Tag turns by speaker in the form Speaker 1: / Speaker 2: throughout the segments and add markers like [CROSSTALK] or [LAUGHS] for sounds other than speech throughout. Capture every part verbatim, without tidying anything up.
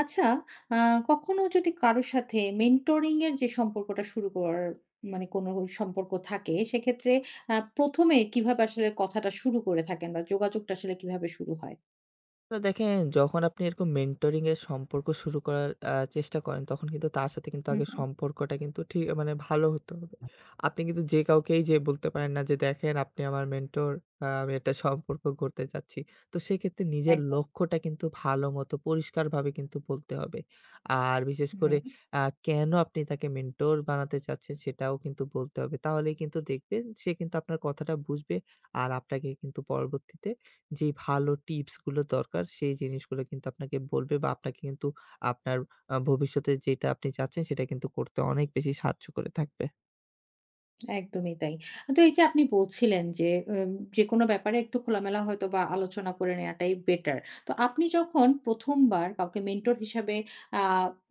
Speaker 1: আচ্ছা, আ কখনো যদি কারো সাথে মেন্টরিং এর যে সম্পর্কটা শুরু করার মানে কোনো সম্পর্ক থাকে, সেক্ষেত্রে আ প্রথম এ কিভাবে আসলে কথাটা শুরু করে থাকেন বা যোগাযোগটা আসলে কিভাবে শুরু হয়?
Speaker 2: তো দেখেন, যখন আপনি এরকম মেন্টরিং এর সম্পর্ক শুরু করার আ চেষ্টা করেন, তখন কিন্তু তার সাথে কিন্তু
Speaker 1: হুম,
Speaker 2: আগে
Speaker 1: হুম।
Speaker 2: সম্পর্কটা কিন্তু ঠিক মানে ভালো হতে হবে। আপনি কিন্তু যে কাউকেই যেয়ে বলতে পারেন না যে, "দেখেন, আপনি আমার মেন্টর, আ আমি একটা সম্পর্ক গড়তে চাচ্ছি।" তো সেক্ষেত্রে নিজের
Speaker 1: একদম।
Speaker 2: লক্ষ্যটা কিন্তু ভালো মতো পরিষ্কারভাবে কিন্তু বলতে হবে। আর বিশেষ করে
Speaker 1: হুম।
Speaker 2: আ কেন আপনি তাকে মেন্টর বানাতে চাচ্ছেন সেটাও কিন্তু বলতে হবে। তাহলেই কিন্তু দেখবেন সে কিন্তু আপনার কথাটা বুঝবে আর আপনাকে কিন্তু পরবর্তীতে যেই ভালো টিপস গুলো দরকার সেই জিনিসগুলো কিন্তু আপনাকে বলবে বা আপনাকে কিন্তু আপনার আ ভবিষ্যতে যেটা আপনি চাচ্ছেন সেটা কিন্তু করতে অনেক বেশি সাহায্য করে থাকবে।
Speaker 1: একদমই তাই। তো এই যে আপনি বলছিলেন যে উম যেকোনো ব্যাপারে একটু খোলামেলা হয়তোবা আলোচনা করে নেয়াটাই বেটার। তো আপনি যখন প্রথম বার কাউকে মেন্টর হিসাবে আ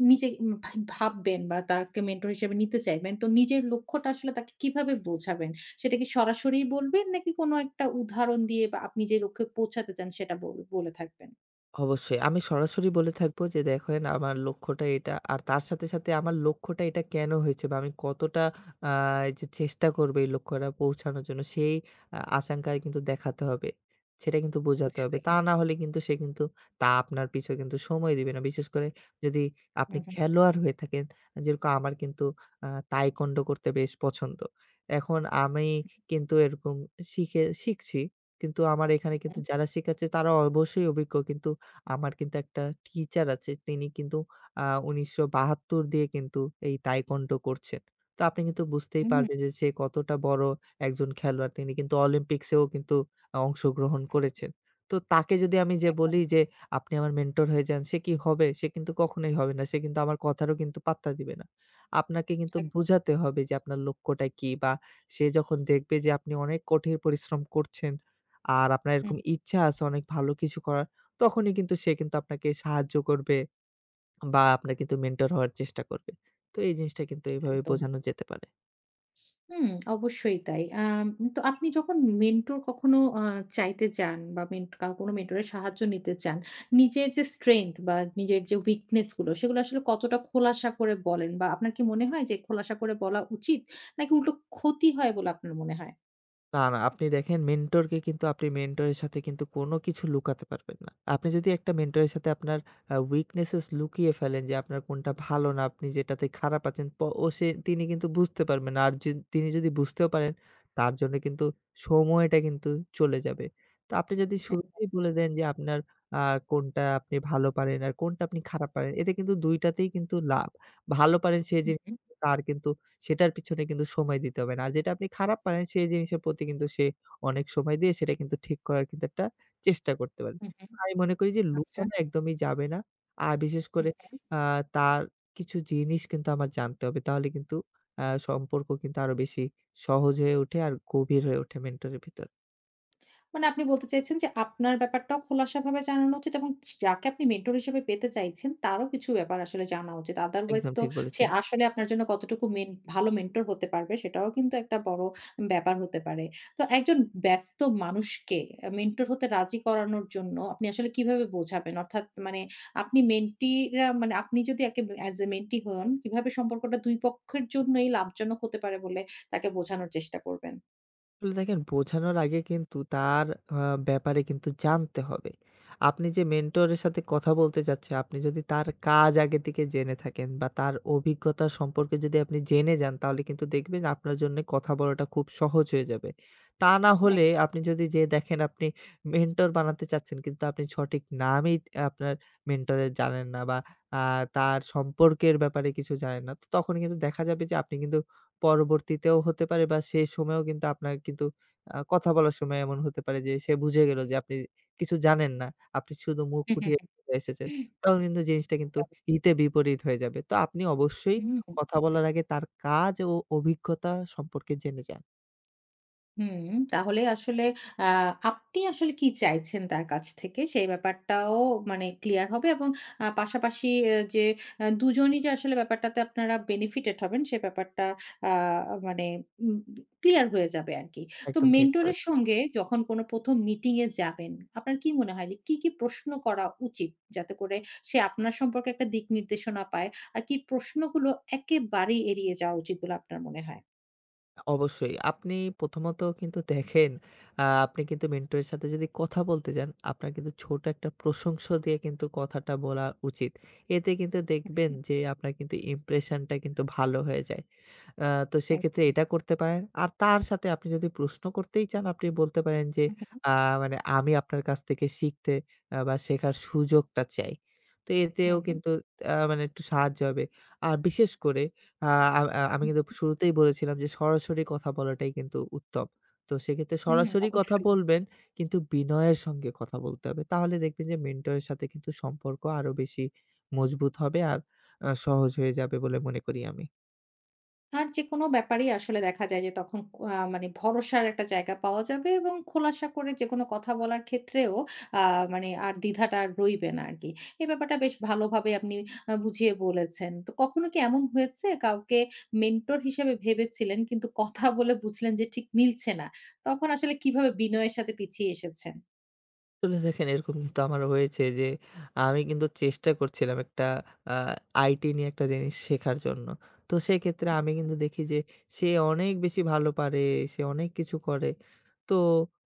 Speaker 1: নিজে উম ভা ভাববেন বা তাকে মেন্টর হিসেবে নিতে চাইবেন, তো নিজের লক্ষ্যটা আসলে তাকে কিভাবে বোঝাবেন? সেটা কি সরাসরি বলবেন নাকি কোনো একটা উদাহরণ দিয়ে বা আপনি যে লক্ষ্যে পৌঁছাতে চান সেটা বল বলে থাকবেন?
Speaker 2: অবশ্যই। আমি সরাসরি বলে থাকবো যে, "দেখেন, আমার লক্ষ্যটা এটা।" আর তার সাথে, সাথে আমার লক্ষ্যটা এটা কেন হয়েছে বা আমি কতটা আ এই যে চেষ্টা করবো এই লক্ষ্যটা পৌঁছানোর জন্য সেই আ আশঙ্কায় কিন্তু দেখাতে হবে। সেটা কিন্তু বোঝাতে হবে।
Speaker 1: অবশ্যই।
Speaker 2: তা না হলে কিন্তু সে কিন্তু তা আপনার পিছু কিন্তু সময় দিবে না। বিশেষ করে যদি আপনি
Speaker 1: হুম, হুম,
Speaker 2: খেলোয়াড় হয়ে থাকেন। যেরকম আমার কিন্তু আ তাইকোন্ডো করতে বেশ পছন্দ। এখন আমি কিন্তু এরকম শিখে শিখছি। কিন্তু আমার এখানে কিন্তু
Speaker 1: হুম,
Speaker 2: যারা শিখাচ্ছে তারা অবশ্যই অভিজ্ঞ। কিন্তু আমার কিন্তু একটা টিচার আছে, তিনি কিন্তু আ উনিশশো বাহাত্তর দিয়ে কিন্তু এই তাইকোয়ান্ডো করছেন। তো আপনি কিন্তু বুঝতেই
Speaker 1: হুম,
Speaker 2: পারবেন যে সে কতটা বড় একজন খেলোয়াড়। তিনি কিন্তু অলিম্পিক্সেও কিন্তু আ অংশগ্রহণ
Speaker 1: হুম,
Speaker 2: করেছেন। তো তাকে যদি আমি যে
Speaker 1: একদম,
Speaker 2: বলি যে, "আপনি আমার মেন্টর হয়ে যান," সে কি হবে? সে কিন্তু কখনোই হবে না। সে কিন্তু আমার কথারও কিন্তু পাত্তা দিবে না। আপনাকে কিন্তু
Speaker 1: একদম।
Speaker 2: বুঝাতে হবে যে আপনার লক্ষ্যটা কি, বা সে যখন দেখবে যে আপনি অনেক কঠিন পরিশ্রম করছেন আর আপনার
Speaker 1: হুম,
Speaker 2: এরকম ইচ্ছা আছে অনেক ভালো কিছু করার, তখনই কিন্তু সে কিন্তু আপনাকে সাহায্য করবে বা আপনার কিন্তু মেন্টর হওয়ার চেষ্টা করবে। তো এই জিনিসটা কিন্তু এভাবে
Speaker 1: একদম।
Speaker 2: বোঝানো যেতে পারে।
Speaker 1: হুম, অবশ্যই তাই। আম তো আপনি যখন মেন্টর কখনো আ চাইতে যান বা মেন্ট কা কোনো মেন্টরের সাহায্য নিতে চান, নিজের যে স্ট্রেংথ বা নিজের যে weakness গুলো সেগুলো আসলে কতটা খোলাসা করে বলেন? বা আপনার কি মনে হয় যে খোলাসা করে বলা উচিত? নাকি উল্টো ক্ষতি হয় বলে আপনার মনে হয়?
Speaker 2: না, না। আপনি দেখেন, মেন্টরকে কিন্তু আপনি মেন্টরের সাথে কিন্তু কোনো কিছু লুকাতে পারবেন না। আপনি যদি একটা মেন্টরের সাথে আপনার আ weaknesses লুকিয়ে ফেলেন যে আপনার কোনটা ভালো না, আপনি যেটাতে খারাপ আছেন প ও সে তিনি কিন্তু বুঝতে পারবেন না। আর যে তিনি যদি বুঝতেও পারেন, তার জন্য কিন্তু সময়টা কিন্তু চলে যাবে। তো আপনি যদি
Speaker 1: একদম।
Speaker 2: শুরুতেই বলে দেন যে আপনার আ কোনটা আপনি ভালো পারেন আর কোনটা আপনি খারাপ পারেন। এতে কিন্তু দুই টাতেই কিন্তু লাভ। ভালো পারেন সে
Speaker 1: হু,
Speaker 2: যে
Speaker 1: হু,
Speaker 2: তার কিন্তু সেটার পিছনে কিন্তু সময় দিতে হবে না। আর যেটা আপনি খারাপ পারেন সেই জিনিসের প্রতি কিন্তু সে অনেক সময় দিয়ে সেটা কিন্তু ঠিক করার কিন্তু একটা চেষ্টা করতে পারে।
Speaker 1: হু, হু।
Speaker 2: আমি মনে করি যে
Speaker 1: আচ্ছা।
Speaker 2: লুকানো একদমই যাবে না। আর বিশেষ করে আ তার কিছু জিনিস কিন্তু আমার জানতে হবে। তাহলে কিন্তু আ সম্পর্ক কিন্তু আরো বেশি সহজ হয়ে ওঠে আর গভীর হয়ে ওঠে মেন্টরের ভিতর।
Speaker 1: মানে আপনি বলতে চাইছেন যে আপনার ব্যাপারটাও খোলাসাভাবে জানানো উচিত এবং যাকে আপনি মেন্টর হিসেবে পেতে চাইছেন তারও কিছু ব্যাপার আসলে জানা উচিত। আদারওয়াইজ
Speaker 2: একদম
Speaker 1: তো
Speaker 2: ঠিক
Speaker 1: সে
Speaker 2: বলেছেন।
Speaker 1: আসলে আপনার জন্য কতটুকু মেন ভালো মেন্টর হতে পারবে সেটাও কিন্তু একটা বড় ব্যাপার হতে পারে। তো একজন ব্যস্ত মানুষকে আ মেন্টর হতে রাজি করানোর জন্য আপনি আসলে কিভাবে বোঝাবেন? অর্থাৎ মানে আপনি মেন্টিরা মানে আপনি যদি একে অ্যাজ এ মেন্টি হন কিভাবে সম্পর্কটা দুই পক্ষের জন্যই লাভজনক হতে পারে বলে তাকে বোঝানোর চেষ্টা করবেন?
Speaker 2: আসলে দেখেন, বোঝানোর আগে কিন্তু তার আ ব্যাপারে কিন্তু জানতে হবে। আপনি যে মেন্টরের সাথে কথা বলতে যাচ্ছে, আপনি যদি তার কাজ আগে থেকে জেনে থাকেন বা তার অভিজ্ঞতা সম্পর্কে যদি আপনি জেনে যান, তাহলে কিন্তু দেখবেন আপনার জন্যে কথা বলাটা খুব সহজ হয়ে যাবে। তা না
Speaker 1: এক
Speaker 2: হলে আপনি যদি যেয়ে দেখেন আপনি মেন্টর বানাতে চাচ্ছেন, কিন্তু আপনি সঠিক নামই আপনার মেন্টরের জানেন না বা আ তার সম্পর্কের ব্যাপারে কিছু জানেন না। তো তখন কিন্তু দেখা যাবে যে আপনি কিন্তু পরবর্তীতেও হতে পারে বা সেই সময়েও কিন্তু আপনার কিন্তু আ কথা বলার সময় এমন হতে পারে যে সে বুঝে গেল যে আপনি কিছু জানেন না। আপনি শুধু মুখ
Speaker 1: হুম,
Speaker 2: উঠিয়ে
Speaker 1: হুম,
Speaker 2: চলে এসেছেন। তখন কিন্তু জিনিসটা কিন্তু হিতে বিপরীত হয়ে যাবে। তো আপনি অবশ্যই
Speaker 1: হুম। হুম।
Speaker 2: কথা বলার আগে তার কাজ ও অভিজ্ঞতা সম্পর্কে জেনে যান।
Speaker 1: হুম, তাহলে আসলে আ আপনি আসলে কি চাইছেন তার কাছ থেকে সেই ব্যাপারটাও মানে ক্লিয়ার হবে এবং আ পাশাপাশি এ যে আ দুজনই যে আসলে ব্যাপারটাতে আপনারা বেনিফিটেড হবেন সে ব্যাপারটা আ মানে উম ক্লিয়ার হয়ে যাবে আরকি। তো
Speaker 2: একদম ঠিক
Speaker 1: মেন্টরের
Speaker 2: বলেছেন।
Speaker 1: সঙ্গে যখন কোনো প্রথম মিটিং এ যাবেন, আপনার কি মনে হয় যে কি, কি প্রশ্ন করা উচিত? যাতে করে সে আপনার সম্পর্কে একটা দিক নির্দেশনা পায়। আর কি প্রশ্নগুলো একেবারেই এড়িয়ে যাওয়া উচিত বলে আপনার মনে হয়?
Speaker 2: অবশ্যই। আপনি প্রথমত কিন্তু দেখেন, আ আপনি কিন্তু মেন্টরের সাথে যদি কথা বলতে যান, আপনার কিন্তু ছোট একটা প্রশংস দিয়ে কিন্তু কথাটা বলা উচিত। এতে কিন্তু
Speaker 1: হু,
Speaker 2: দেখবেন
Speaker 1: হু।
Speaker 2: যে আপনার কিন্তু ইমপ্রেশনটা কিন্তু ভালো হয়ে যায়। আ তো
Speaker 1: এক
Speaker 2: সেক্ষেত্রে এটা করতে পারেন। আর তার সাথে আপনি যদি প্রশ্ন করতেই চান, আপনি বলতে পারেন যে,
Speaker 1: হু, হু।
Speaker 2: আ মানে আমি আপনার কাছ থেকে শিখতে আ বা শেখার সুযোগটা চাই। তো
Speaker 1: হু,
Speaker 2: এতেও
Speaker 1: হু।
Speaker 2: কিন্তু আ মানে একটু সাহায্য হবে। আর বিশেষ করে আহ, আ আ আমি কিন্তু শুরুতেই বলেছিলাম যে সরাসরি কথা বলাটাই কিন্তু উত্তম। তো সেক্ষেত্রে
Speaker 1: হুম,
Speaker 2: সরাসরি কথা
Speaker 1: অবশ্যই।
Speaker 2: বলবেন, কিন্তু বিনয়ের সঙ্গে কথা বলতে হবে। তাহলে দেখবেন যে মেন্টরের সাথে কিন্তু সম্পর্ক আরো বেশি মজবুত হবে আর আ সহজ হয়ে যাবে বলে মনে করি আমি।
Speaker 1: আর যেকোনো ব্যাপারেই আসলে দেখা যায় যে তখন আ মানে ভরসার একটা জায়গা পাওয়া যাবে এবং খোলাসা করে যেকোনো কথা বলার ক্ষেত্রেও আ মানে আর দ্বিধাটা আর রইবে না আরকি। এই ব্যাপারটা বেশ ভালোভাবে আপনি আ বুঝিয়ে বলেছেন। তো কখনো কি এমন হয়েছে কাউকে মেন্টর হিসেবে ভেবেছিলেন কিন্তু কথা বলে বুঝলেন যে ঠিক মিলছে না। তখন আসলে কিভাবে বিনয়ের সাথে পিছিয়ে এসেছেন?
Speaker 2: আসলে দেখেন, এরকম কিন্তু আমার হয়েছে যে আমি কিন্তু চেষ্টা করছিলাম একটা আ আইটি নিয়ে একটা জিনিস শেখার জন্য। তো সেক্ষেত্রে আমি
Speaker 1: আচ্ছা।
Speaker 2: কিন্তু দেখি যে সে অনেক বেশি ভালো পারে, সে অনেক কিছু করে। তো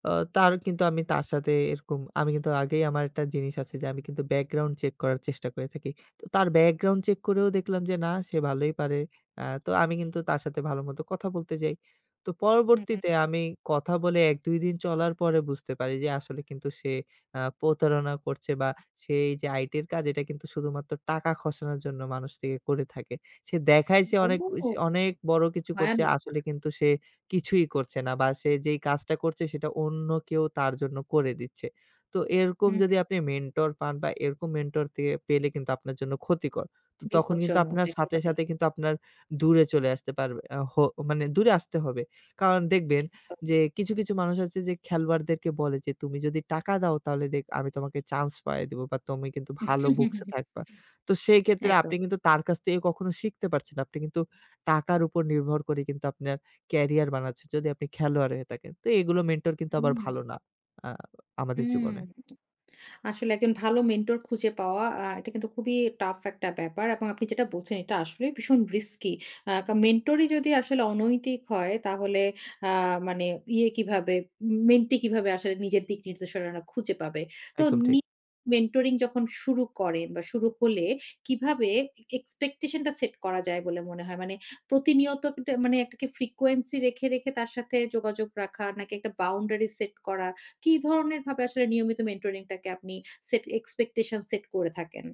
Speaker 2: আ তার কিন্তু আমি তার সাথে এরকম আমি কিন্তু আগেই আমার একটা জিনিস আছে যে আমি কিন্তু ব্যাকগ্রাউন্ড চেক করার চেষ্টা করে থাকি। তো তার ব্যাকগ্রাউন্ড চেক করেও দেখলাম যে না, সে ভালোই পারে। আ তো আমি কিন্তু তার সাথে ভালো মতো কথা বলতে যাই। তো
Speaker 1: হুম, হুম।
Speaker 2: পরবর্তীতে আমি কথা বলে এক দুই দিন চলার পরে বুঝতে পারি যে আসলে কিন্তু সে আ প্রতারণা করছে, বা সে এই যে আইটির কাজ এটা কিন্তু শুধুমাত্র টাকা খসানোর জন্য মানুষ থেকে করে থাকে। সে দেখায় সে অনেক উস
Speaker 1: ও!
Speaker 2: অনেক বড় কিছু করছে,
Speaker 1: ভয়ানক।
Speaker 2: আসলে কিন্তু সে কিছুই করছে না বা সে যেই কাজটা করছে সেটা অন্য কেউ তার জন্য করে দিচ্ছে। তো এরকম
Speaker 1: হুম,
Speaker 2: যদি
Speaker 1: হুম,
Speaker 2: আপনি মেন্টর পান বা এরকম মেন্টর থেকে পেলে কিন্তু আপনার জন্য ক্ষতিকর। তো তখন কিন্তু
Speaker 1: বিপজ্জনক
Speaker 2: আপনার সাথে,
Speaker 1: একেবারেই।
Speaker 2: সাথে
Speaker 1: একদম।
Speaker 2: কিন্তু আপনার দূরে চলে আসতে পারবে, আ হো মানে দূরে আসতে হবে। কারণ দেখবেন যে কিছু, কিছু মানুষ আছে যে খেলোয়াড়দেরকে বলে যে, "তুমি যদি টাকা দাও তাহলে দেখ আমি তোমাকে চান্স পাইয়ে দিব বা তুমি কিন্তু ভালো বুকসে
Speaker 1: [LAUGHS]
Speaker 2: থাকবা।" তো সেই ক্ষেত্রে
Speaker 1: একদম।
Speaker 2: আপনি কিন্তু তার কাছ থেকে কখনো শিখতে পারছেন না। আপনি কিন্তু টাকার উপর নির্ভর করে কিন্তু আপনার ক্যারিয়ার বানাচ্ছেন, যদি আপনি খেলোয়াড় হয়ে থাকেন। তো এগুলো মেন্টর কিন্তু আবার
Speaker 1: হুম,
Speaker 2: ভালো না আ আমাদের
Speaker 1: হুম।
Speaker 2: জীবনে।
Speaker 1: আসলে একজন ভালো মেন্টর খুঁজে পাওয়া আ এটা কিন্তু খুবই টাফ একটা ব্যাপার এবং আপনি যেটা বলছেন এটা আসলেই ভীষণ রিস্কি। আ মেন্টরই যদি আসলে অনৈতিক হয় তাহলে আ মানে ইয়ে কিভাবে মেন্টি কিভাবে আসলে নিজের দিক নির্দেশনা খুঁজে পাবে। তো
Speaker 2: একদম
Speaker 1: নি
Speaker 2: ঠিক।
Speaker 1: মেন্টরিং যখন শুরু করেন বা শুরু হলে কিভাবে এক্সপেকটেশন টা সেট করা যায় বলে মনে হয়? মানে প্রতিনিয়ত একটা- মানে একটা কি ফ্রিকোয়েন্সি রেখে, রেখে তার সাথে যোগাযোগ রাখা নাকি একটা বাউন্ডারি সেট করা? কি ধরনের ভাবে আসলে নিয়মিত মেন্টরিং টাকে আপনি সেট এক্সপেকটেশন সেট করে থাকেন?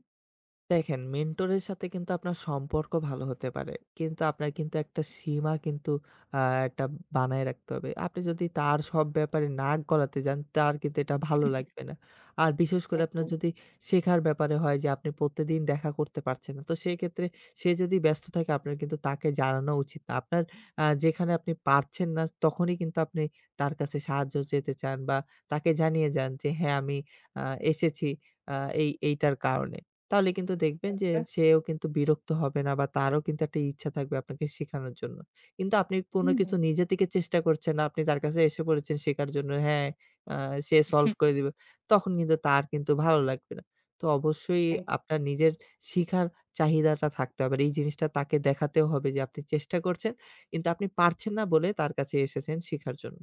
Speaker 2: দেখেন, মেন্টরের সাথে কিন্তু আপনার সম্পর্ক ভালো হতে পারে। কিন্তু আপনার কিন্তু একটা সীমা কিন্তু আ একটা বানায় রাখতে হবে। আপনি যদি তার সব ব্যাপারে নাক গলাতে যান, তার কিন্তু এটা
Speaker 1: হুম,
Speaker 2: ভালো
Speaker 1: হুম।
Speaker 2: লাগবে না। আর বিশেষ করে আপনার
Speaker 1: একদম।
Speaker 2: যদি শেখার ব্যাপারে হয় যে আপনি প্রত্যেকদিন দেখা করতে পারছেন না। তো সেক্ষেত্রে সে যদি ব্যস্ত থাকে, আপনার কিন্তু তাকে জানানো উচিত না। আপনার আ যেখানে আপনি পারছেন না তখনই কিন্তু আপনি তার কাছে সাহায্য চেতে চান বা তাকে জানিয়ে যান যে, "হ্যাঁ, আমি আ এসেছি আ এই এইটার কারণে।" তাহলে কিন্তু দেখবেন যে
Speaker 1: আচ্ছা।
Speaker 2: সেও কিন্তু বিরক্ত হবে না বা তারও কিন্তু একটা ইচ্ছা থাকবে আপনাকে শেখানোর জন্য। কিন্তু আপনি কোনো
Speaker 1: হুম,
Speaker 2: কিছু
Speaker 1: হুম।
Speaker 2: নিজে থেকে চেষ্টা করছেন না। আপনি তার কাছে এসে পড়েছেন শেখার জন্য। হ্যাঁ, আ সে সলভ করে দিবে। তখন কিন্তু তার কিন্তু ভালো লাগবে না। তো অবশ্যই
Speaker 1: এক
Speaker 2: আপনার নিজের শিখার চাহিদাটা থাকতে হবে। আর এই জিনিসটা তাকে দেখাতেও হবে যে আপনি চেষ্টা করছেন। কিন্তু আপনি পারছেন না বলে তার কাছে এসেছেন শিখার জন্য।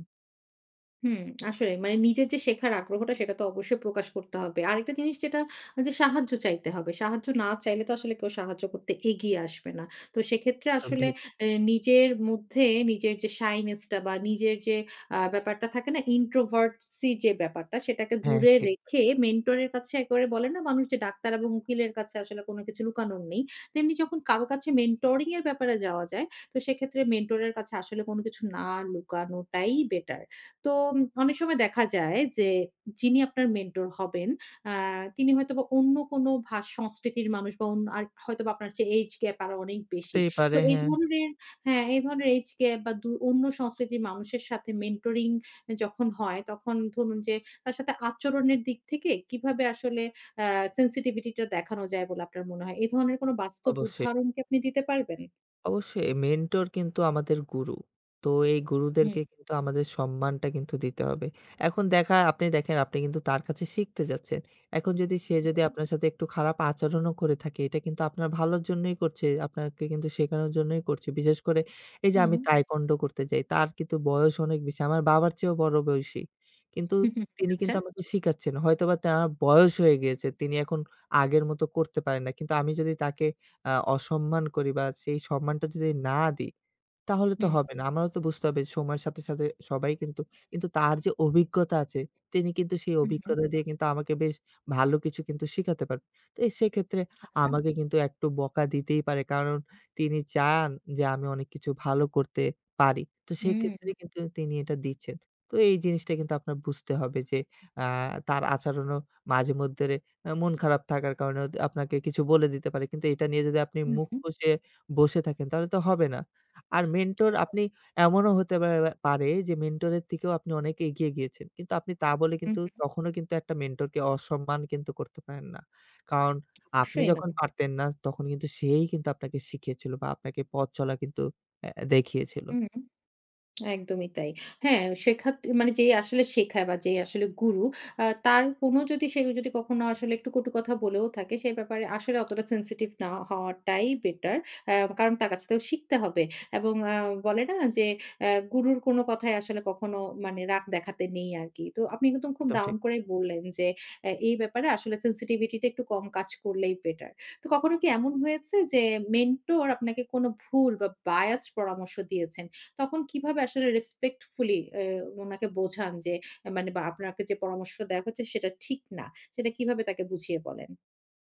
Speaker 1: হুম, আসলেই মানে নিজের যে শেখার আগ্রহটা সেটা তো অবশ্যই প্রকাশ করতে হবে। আরেকটা জিনিস যেটা যে সাহায্য চাইতে হবে। সাহায্য না চাইলে তো আসলে কেউ সাহায্য করতে এগিয়ে আসবে না। তো সেক্ষেত্রে
Speaker 2: একদম
Speaker 1: আসলে
Speaker 2: ঠিক।
Speaker 1: এ নিজের মধ্যে নিজের যে shyness টা বা নিজের যে আ ব্যাপারটা থাকে না introvertsy যে ব্যাপারটা সেটাকে
Speaker 2: হ্যাঁ,
Speaker 1: দূরে
Speaker 2: ঠিক।
Speaker 1: রেখে মেন্টর এর কাছে একেবারে বলে না মানুষ যে ডাক্তার এবং উকিলের কাছে আসলে কোনো কিছু লুকানোর নেই। তেমনি যখন কারো কাছে মেন্টরিং এর ব্যাপারে যাওয়া যায় তো সেক্ষেত্রে মেন্টর এর কাছে আসলে কোনো কিছু না লুকানোটাই বেটার। তো উম, অনেক সময় দেখা যায় যে যিনি আপনার মেন্টর হবেন, আ তিনি হয়তোবা অন্য কোনো ভাষ সংস্কৃতির মানুষ বা অন্য আর হয়তোবা আপনার চেয়ে এইজ গ্যাপ আরো অনেক বেশি।
Speaker 2: হতেই
Speaker 1: তো
Speaker 2: পারে,
Speaker 1: এই
Speaker 2: হ্যাঁ,
Speaker 1: ধরনের হ্যাঁ, এই ধরনের এইজ গ্যাপ বা দু অন্য সংস্কৃতির মানুষের সাথে মেন্টরিং যখন হয়, তখন ধরুন যে তার সাথে আচরণের দিক থেকে কিভাবে আসলে আ sensitivity টা দেখানো যায় বলে আপনার মনে হয়? এ ধরনের কোনো বাস্তব
Speaker 2: অবশ্যই।
Speaker 1: উদাহরণ কি আপনি দিতে পারবেন?
Speaker 2: অবশ্যই মেন্টর কিন্তু আমাদের গুরু। তো এই
Speaker 1: হুম,
Speaker 2: গুরুদেরকে কিন্তু আমাদের সম্মানটা কিন্তু দিতে হবে। এখন দেখা আপনি দেখেন, আপনি কিন্তু তার কাছে শিখতে যাচ্ছেন। এখন যদি সে যদি
Speaker 1: হুম,
Speaker 2: আপনার সাথে একটু খারাপ আচরণও করে থাকে, এটা কিন্তু আপনার ভালোর জন্যই করছে। আপনাকে কিন্তু শেখানোর জন্যই করছে। বিশেষ করে এই যে
Speaker 1: হুম।
Speaker 2: আমি তাইকোয়ান্ডো করতে যাই তার কিন্তু বয়স অনেক বেশি। আমার বাবার চেয়েও বড় বয়সী। কিন্তু
Speaker 1: হুম, হুম,
Speaker 2: তিনি
Speaker 1: আচ্ছা।
Speaker 2: কিন্তু আমাকে শিখাচ্ছেন। হয়তোবা তার বয়স হয়ে গিয়েছে। তিনি এখন আগের মতো করতে পারেন না। কিন্তু আমি যদি তাকে আ অসম্মান করি বা সেই সম্মানটা যদি না দিই, তাহলে তো
Speaker 1: হুম,
Speaker 2: হবে না। আমারও তো বুঝতে হবে সময়ের সাথে, সাথে সবাই কিন্তু, কিন্তু তার যে অভিজ্ঞতা আছে, তিনি কিন্তু সেই
Speaker 1: হুম, হুম।
Speaker 2: অভিজ্ঞতা দিয়ে কিন্তু আমাকে বেশ ভালো কিছু কিন্তু শিখাতে পারবে। তো এ সেক্ষেত্রে
Speaker 1: আচ্ছা।
Speaker 2: আমাকে কিন্তু একটু বকা দিতেই পারে। কারণ তিনি চান যে আমি অনেক কিছু ভালো করতে পারি। তো
Speaker 1: হুম।
Speaker 2: সেক্ষেত্রে কিন্তু তিনি এটা দিচ্ছেন। তো এই জিনিসটা কিন্তু আপনার বুঝতে হবে যে আ তার আচরণও মাঝেমধ্যে আ মন খারাপ থাকার কারণেও আপনাকে কিছু বলে দিতে পারে। কিন্তু এটা নিয়ে যদি আপনি
Speaker 1: হুম,
Speaker 2: মুখ
Speaker 1: হুম,
Speaker 2: ফুঁসে বসে থাকেন তাহলে তো হবে না। আর মেন্টর আপনি এমনও হতে পারে পারে যে মেন্টরের থেকেও আপনি অনেক এগিয়ে গিয়েছেন। কিন্তু আপনি তা বলে
Speaker 1: হুম,
Speaker 2: কিন্তু তখনও কিন্তু একটা মেন্টরকে অসম্মান কিন্তু করতে পারেন না। কারণ আপনি
Speaker 1: অবশ্যই না।
Speaker 2: যখন পারতেন না তখন কিন্তু সেই কিন্তু আপনাকে শিখিয়েছিল বা আপনাকে পথ চলা কিন্তু অ্যা দেখিয়েছিল।
Speaker 1: হুম। একদমই তাই। হ্যাঁ, শেখাত মানে যেই আসলে শেখায় বা যেই আসলে গুরু আ তার কোনো যদি সে যদি কখনো আসলে একটু কটু কথা বলেও থাকে সে ব্যাপারে আসলে অতটা sensitive না হওয়াটাই বেটার। আ কারণ তার কাছ থেকেও শিখতে হবে এবং আ বলে না যে আ গুরুর কোনো কথায় আসলে কখনো মানে রাগ দেখাতে নেই আরকি। তো আপনি কিন্তু খুব
Speaker 2: একদম
Speaker 1: দারুণ
Speaker 2: ঠিক।
Speaker 1: করেই বললেন যে এ এই ব্যাপারে আসলে sensitivity টা একটু কম কাজ করলেই বেটার। তো কখনো কি এমন হয়েছে যে মেন্টর আপনাকে কোনো ভুল বা biased পরামর্শ দিয়েছেন? তখন কিভাবে আসলে রেসপেক্টফুলি এ উনাকে বোঝান যে এ মানে বা আপনাকে যে পরামর্শ দেয়া হচ্ছে সেটা ঠিক না। সেটা কিভাবে তাকে বুঝিয়ে বলেন?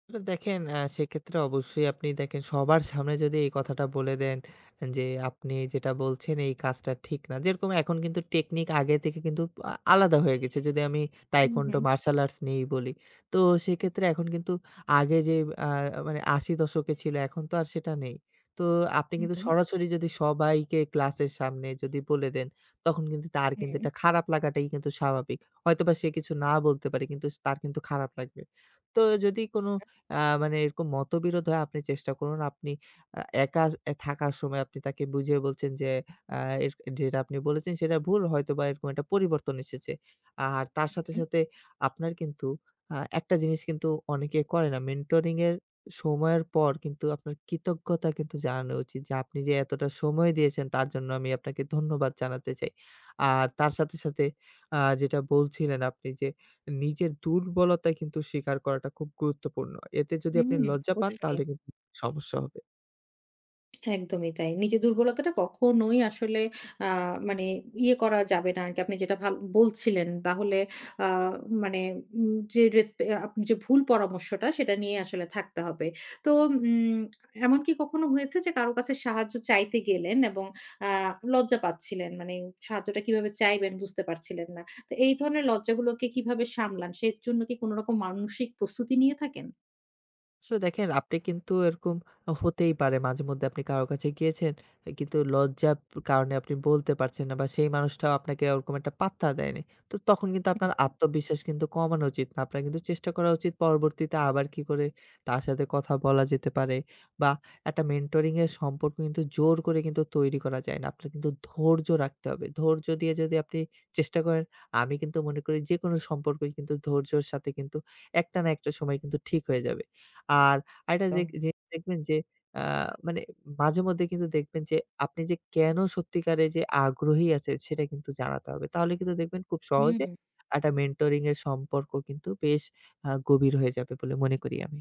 Speaker 2: আসলে দেখেন, আ সেক্ষেত্রে অবশ্যই আপনি দেখেন সবার সামনে যদি এই কথাটা বলে দেন যে, "আপনি যেটা বলছেন এই কাজটা ঠিক না।" যেরকম এখন কিন্তু টেকনিক আগে থেকে কিন্তু আ আলাদা হয়ে গেছে। যদি আমি
Speaker 1: হুম,
Speaker 2: তাইকোন্ডো
Speaker 1: হুম,
Speaker 2: মার্শাল আর্টস নিয়েই বলি। তো সেক্ষেত্রে এখন কিন্তু আগে যে আ মানে আশি দশকে ছিল, এখন তো আর সেটা নেই। তো আপনি কিন্তু
Speaker 1: হুম,
Speaker 2: সরাসরি যদি সবাইকে ক্লাসের সামনে যদি বলে দেন, তখন কিন্তু তার
Speaker 1: হুম,
Speaker 2: কিন্তু
Speaker 1: হুম।
Speaker 2: একটা খারাপ লাগাটাই কিন্তু স্বাভাবিক। হয়তোবা সে কিছু না বলতে পারে কিন্তু তার কিন্তু খারাপ লাগবে। তো যদি কোনো আ মানে এরকম মতবিরোধ হয়, আপনি চেষ্টা করুন। আপনি আ একা এ থাকার সময় আপনি তাকে বুঝিয়ে বলছেন যে, আ এর যেটা আপনি বলেছেন সেটা ভুল। হয়তোবা এরকম একটা পরিবর্তন এসেছে। আর তার
Speaker 1: হুম,
Speaker 2: সাথে,
Speaker 1: হুম,
Speaker 2: সাথে আপনার কিন্তু আ একটা জিনিস কিন্তু অনেকে করে না। মেন্টরিং এর সময়ের পর কিন্তু আপনার কৃতজ্ঞতা কিন্তু জানানো উচিত যে, আপনি যে এতটা সময় দিয়েছেন তার জন্য আমি আপনাকে ধন্যবাদ জানাতে চাই। আর তার সাথে, সাথে আ যেটা বলছিলেন আপনি যে, নিজের দুর্বলতা কিন্তু স্বীকার করাটা খুব গুরুত্বপূর্ণ। এতে যদি
Speaker 1: হুম,
Speaker 2: আপনি
Speaker 1: হুম,
Speaker 2: লজ্জা পান
Speaker 1: অবশ্যই।
Speaker 2: তাহলে কিন্তু সমস্যা হবে।
Speaker 1: একদমই তাই। নিজের দুর্বলতাটা কখনোই আসলে আ মানে ইয়ে করা যাবে না আরকি। আপনি যেটা ভাল বলছিলেন তাহলে আ মানে উম যে রেসপে আপনি যে ভুল পরামর্শটা সেটা নিয়ে আসলে থাকতে হবে। তো উম এমন কি কখনো হয়েছে যে কারো কাছে সাহায্য চাইতে গেলেন এবং আ লজ্জা পাচ্ছিলেন? মানে সাহায্যটা কিভাবে চাইবেন বুঝতে পারছিলেন না। তো এই ধরনের লজ্জাগুলোকে কিভাবে সামলান? সের জন্য কি কোন রকম মানসিক প্রস্তুতি নিয়ে থাকেন?
Speaker 2: আসলে দেখেন, আপনি কিন্তু এরকম হতেই পারে মাঝেমধ্যে আপনি কারো কাছে গিয়েছেন কিন্তু লজ্জার কারণে আপনি বলতে পারছেন না, বা সেই মানুষটাও আপনাকে ওরকম একটা পাত্তা দেয়নি। তো তখন কিন্তু আপনার
Speaker 1: হুম,
Speaker 2: আত্মবিশ্বাস কিন্তু কমানো উচিত না। আপনার কিন্তু চেষ্টা করা উচিত পরবর্তীতে আবার কি করে তার সাথে কথা বলা যেতে পারে, বা একটা মেন্টরিং এর সম্পর্ক কিন্তু জোর করে কিন্তু তৈরি করা যায় না। আপনার কিন্তু ধৈর্য রাখতে হবে। ধৈর্য দিয়ে যদি আপনি চেষ্টা করেন, আমি কিন্তু মনে করি যেকোনো সম্পর্কই কিন্তু ধৈর্যর সাথে কিন্তু একটা না একটা সময় কিন্তু ঠিক হয়ে যাবে। আর আরেকটা
Speaker 1: একদম।
Speaker 2: দেখ যে দেখবেন যে আ মানে মাঝেমধ্যে কিন্তু দেখবেন যে আপনি যে কেন সত্যিকারে যে আগ্রহী আছে সেটা কিন্তু জানাতে হবে। তাহলে কিন্তু দেখবেন খুব
Speaker 1: হুম।
Speaker 2: সহজে একটা মেন্টরিং এর সম্পর্ক কিন্তু বেশ আ গভীর হয়ে যাবে বলে মনে করি আমি।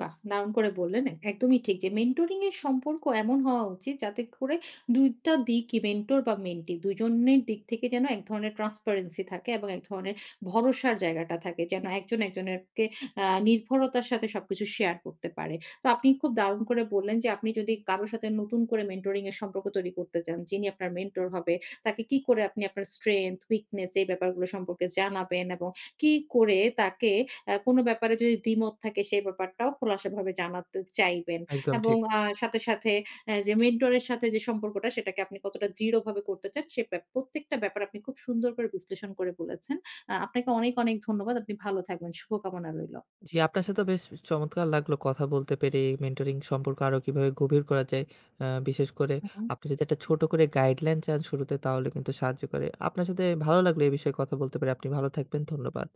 Speaker 1: বাহ! দারুণ করে বললেন। একদমই ঠিক যে মেন্টরিং এর সম্পর্ক এমন হওয়া উচিত যাতে করে দুই টা দিকই মেন্টর বা মেন্টি দুই জনের দিক থেকে যেন এক ধরনের ট্রান্সপারেন্সি থাকে এবং এক ধরনের ভরসার জায়গাটা থাকে। যেন একজন একজনেরকে আ নির্ভরতার সাথে সবকিছু শেয়ার করতে পারে। তো আপনি খুব দারুণ করে বললেন যে আপনি যদি কারো সাথে নতুন করে মেন্টরিং এর সম্পর্ক তৈরি করতে চান, যিনি আপনার মেন্টর হবে, তাকে কি করে আপনি আপনার স্ট্রেংথ, উইকনেস এই ব্যাপারগুলো সম্পর্কে জানাবেন এবং কি করে তাকে অ্যা কোনো ব্যাপারে যদি দ্বিমত থাকে সেই ব্যাপারটাও খোলাসাভাবে জানাতে চাইবেন।
Speaker 2: একদম
Speaker 1: এবং
Speaker 2: ঠিক।
Speaker 1: আ সাথে, সাথে অ্যা যে মেন্টরের সাথে যে সম্পর্কটা সেটাকে আপনি কতটা দৃঢ়ভাবে করতে চান সে ব্যা প্রত্যেকটা ব্যাপার আপনি খুব সুন্দর করে বিশ্লেষণ করে বলেছেন। আ আপনাকে অনেক, অনেক ধন্যবাদ। আপনি ভালো থাকবেন। শুভকামনা রইল।
Speaker 2: জি, আপনার সাথেও বেশ চমৎকার লাগলো কথা বলতে পেরে। মেন্টরিং সম্পর্ক আরো কিভাবে গভীর করা যায়। আ বিশেষ করে,
Speaker 1: হুম।
Speaker 2: আপনি যদি একটা ছোট করে গাইডলাইন চান শুরুতে তাহলে কিন্তু সাহায্য করে। আপনার সাথে ভালো লাগলো এই বিষয়ে কথা বলতে পেরে। আপনি ভালো থাকবেন। ধন্যবাদ।